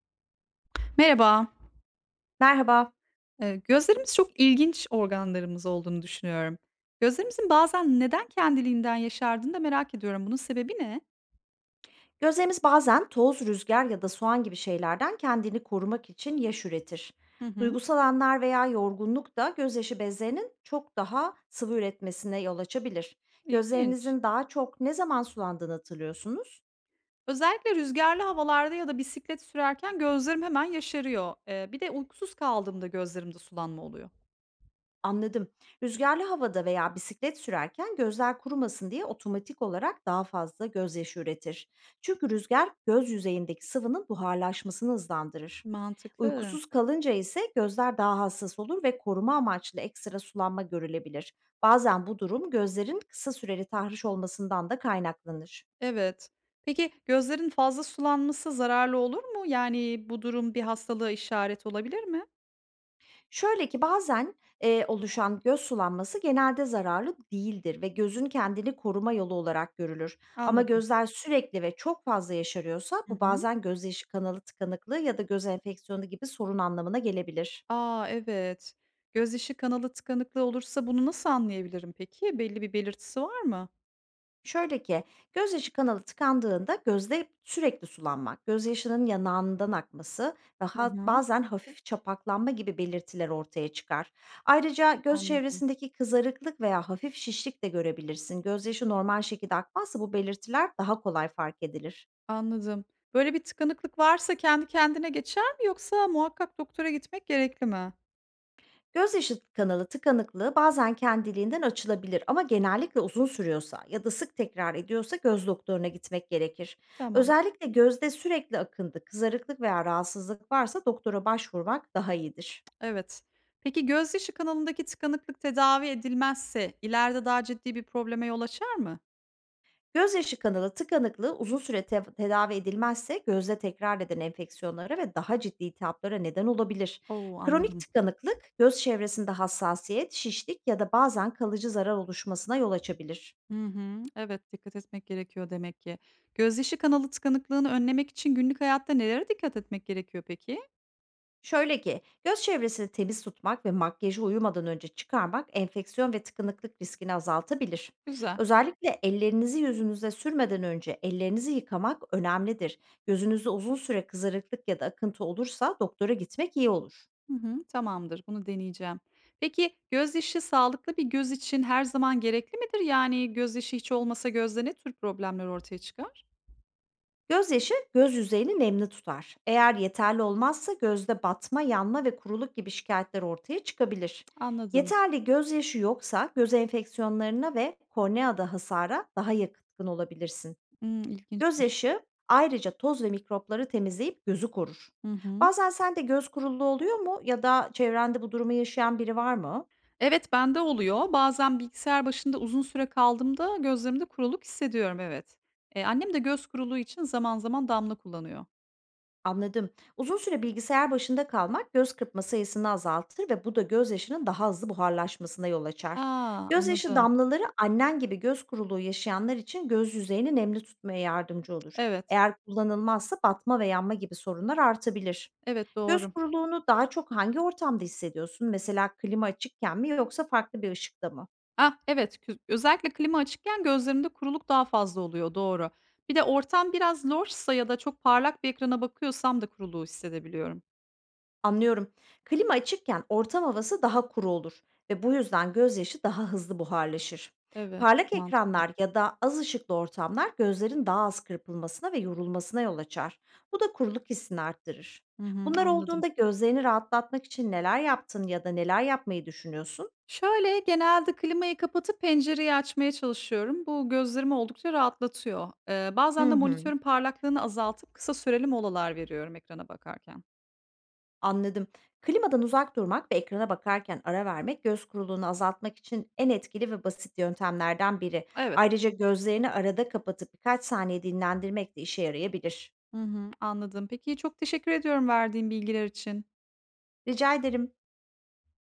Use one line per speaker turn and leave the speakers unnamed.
Merhaba.
Merhaba.
Gözlerimiz çok ilginç organlarımız olduğunu düşünüyorum. Gözlerimizin bazen neden kendiliğinden yaşardığını da merak ediyorum. Bunun sebebi ne?
Gözlerimiz bazen toz, rüzgar ya da soğan gibi şeylerden kendini korumak için yaş üretir.
Hı hı.
Duygusal anlar veya yorgunluk da gözyaşı bezlerinin çok daha sıvı üretmesine yol açabilir.
İlginç.
Gözlerinizin daha çok ne zaman sulandığını hatırlıyorsunuz?
Özellikle rüzgarlı havalarda ya da bisiklet sürerken gözlerim hemen yaşarıyor. Bir de uykusuz kaldığımda gözlerimde sulanma oluyor.
Anladım. Rüzgarlı havada veya bisiklet sürerken gözler kurumasın diye otomatik olarak daha fazla gözyaşı üretir. Çünkü rüzgar göz yüzeyindeki sıvının buharlaşmasını hızlandırır.
Mantıklı.
Uykusuz kalınca ise gözler daha hassas olur ve koruma amaçlı ekstra sulanma görülebilir. Bazen bu durum gözlerin kısa süreli tahriş olmasından da kaynaklanır.
Evet. Peki gözlerin fazla sulanması zararlı olur mu? Yani bu durum bir hastalığa işaret olabilir mi?
Şöyle ki bazen, oluşan göz sulanması genelde zararlı değildir ve gözün kendini koruma yolu olarak görülür. Ama
Anladım.
gözler sürekli ve çok fazla yaşarıyorsa
Hı
bu
hı.
bazen gözyaşı kanalı tıkanıklığı ya da göz enfeksiyonu gibi sorun anlamına gelebilir.
A! Evet. Gözyaşı kanalı tıkanıklığı olursa bunu nasıl anlayabilirim peki? Belli bir belirtisi var mı?
Şöyle ki, gözyaşı kanalı tıkandığında gözde sürekli sulanmak, gözyaşının yanağından akması ve
Hı hı.
bazen hafif çapaklanma gibi belirtiler ortaya çıkar. Ayrıca göz
Anladım.
çevresindeki kızarıklık veya hafif şişlik de görebilirsin. Gözyaşı normal şekilde akmazsa bu belirtiler daha kolay fark edilir.
Anladım. Böyle bir tıkanıklık varsa kendi kendine geçer mi yoksa muhakkak doktora gitmek gerekli mi?
Gözyaşı kanalı tıkanıklığı bazen kendiliğinden açılabilir ama genellikle uzun sürüyorsa ya da sık tekrar ediyorsa göz doktoruna gitmek gerekir.
Tamam.
Özellikle gözde sürekli akıntı, kızarıklık veya rahatsızlık varsa doktora başvurmak daha iyidir.
Evet. Peki gözyaşı kanalındaki tıkanıklık tedavi edilmezse ileride daha ciddi bir probleme yol açar mı?
Gözyaşı kanalı tıkanıklığı uzun süre tedavi edilmezse gözde tekrar eden enfeksiyonlara ve daha ciddi iltihaplara neden olabilir.
O!
Kronik
Anladım.
tıkanıklık göz çevresinde hassasiyet, şişlik ya da bazen kalıcı zarar oluşmasına yol açabilir.
Hı hı. Evet, dikkat etmek gerekiyor demek ki. Gözyaşı kanalı tıkanıklığını önlemek için günlük hayatta nelere dikkat etmek gerekiyor peki?
Şöyle ki, göz çevresini temiz tutmak ve makyajı uyumadan önce çıkarmak enfeksiyon ve tıkanıklık riskini azaltabilir.
Güzel.
Özellikle ellerinizi yüzünüze sürmeden önce ellerinizi yıkamak önemlidir. Gözünüzde uzun süre kızarıklık ya da akıntı olursa doktora gitmek iyi olur.
Hı hı, tamamdır, bunu deneyeceğim. Peki gözyaşı sağlıklı bir göz için her zaman gerekli midir? Yani gözyaşı hiç olmasa gözde ne tür problemler ortaya çıkar?
Gözyaşı göz yüzeyini nemli tutar. Eğer yeterli olmazsa gözde batma, yanma ve kuruluk gibi şikayetler ortaya çıkabilir.
Anladım.
Yeterli gözyaşı yoksa göz enfeksiyonlarına ve korneada hasara daha yakın olabilirsin.
Hımm, ilginçmiş.
Gözyaşı ayrıca toz ve mikropları temizleyip gözü korur.
Hı hı.
Bazen sen de göz kuruluğu oluyor mu ya da çevrende bu durumu yaşayan biri var mı?
Evet, bende oluyor. Bazen bilgisayar başında uzun süre kaldığımda gözlerimde kuruluk hissediyorum, evet. Annem de göz kuruluğu için zaman zaman damla kullanıyor.
Anladım. Uzun süre bilgisayar başında kalmak göz kırpma sayısını azaltır ve bu da gözyaşının daha hızlı buharlaşmasına yol açar.
A!
Gözyaşı
Anladım.
damlaları annen gibi göz kuruluğu yaşayanlar için göz yüzeyini nemli tutmaya yardımcı olur.
Evet,
Eğer kullanılmazsa batma ve yanma gibi sorunlar artabilir.
evet,
Göz
doğru.
kuruluğunu daha çok hangi ortamda hissediyorsun? Mesela klima açıkken mi yoksa farklı bir ışıkta mı?
Ah, evet, özellikle klima açıkken gözlerimde kuruluk daha fazla oluyor, doğru. Bir de ortam biraz loşsa ya da çok parlak bir ekrana bakıyorsam da kuruluğu hissedebiliyorum.
Anlıyorum. Klima açıkken ortam havası daha kuru olur ve bu yüzden gözyaşı daha hızlı buharlaşır.
Evet, çok
Parlak
mantıklı.
ekranlar ya da az ışıklı ortamlar gözlerin daha az kırpılmasına ve yorulmasına yol açar. Bu da kuruluk hissini arttırır.
Hı hı,
Bunlar
anladım.
olduğunda gözlerini rahatlatmak için neler yaptın ya da neler yapmayı düşünüyorsun?
Şöyle, genelde klimayı kapatıp pencereyi açmaya çalışıyorum. Bu gözlerimi oldukça rahatlatıyor. Bazen
Hı
de
hı.
monitörün parlaklığını azaltıp kısa süreli molalar veriyorum ekrana bakarken.
Anladım. Klimadan uzak durmak ve ekrana bakarken ara vermek göz kuruluğunu azaltmak için en etkili ve basit yöntemlerden biri.
Evet.
Ayrıca gözlerini arada kapatıp birkaç saniye dinlendirmek de işe yarayabilir.
Hı hı, anladım. Peki, çok teşekkür ediyorum verdiğin bilgiler için.
Rica ederim.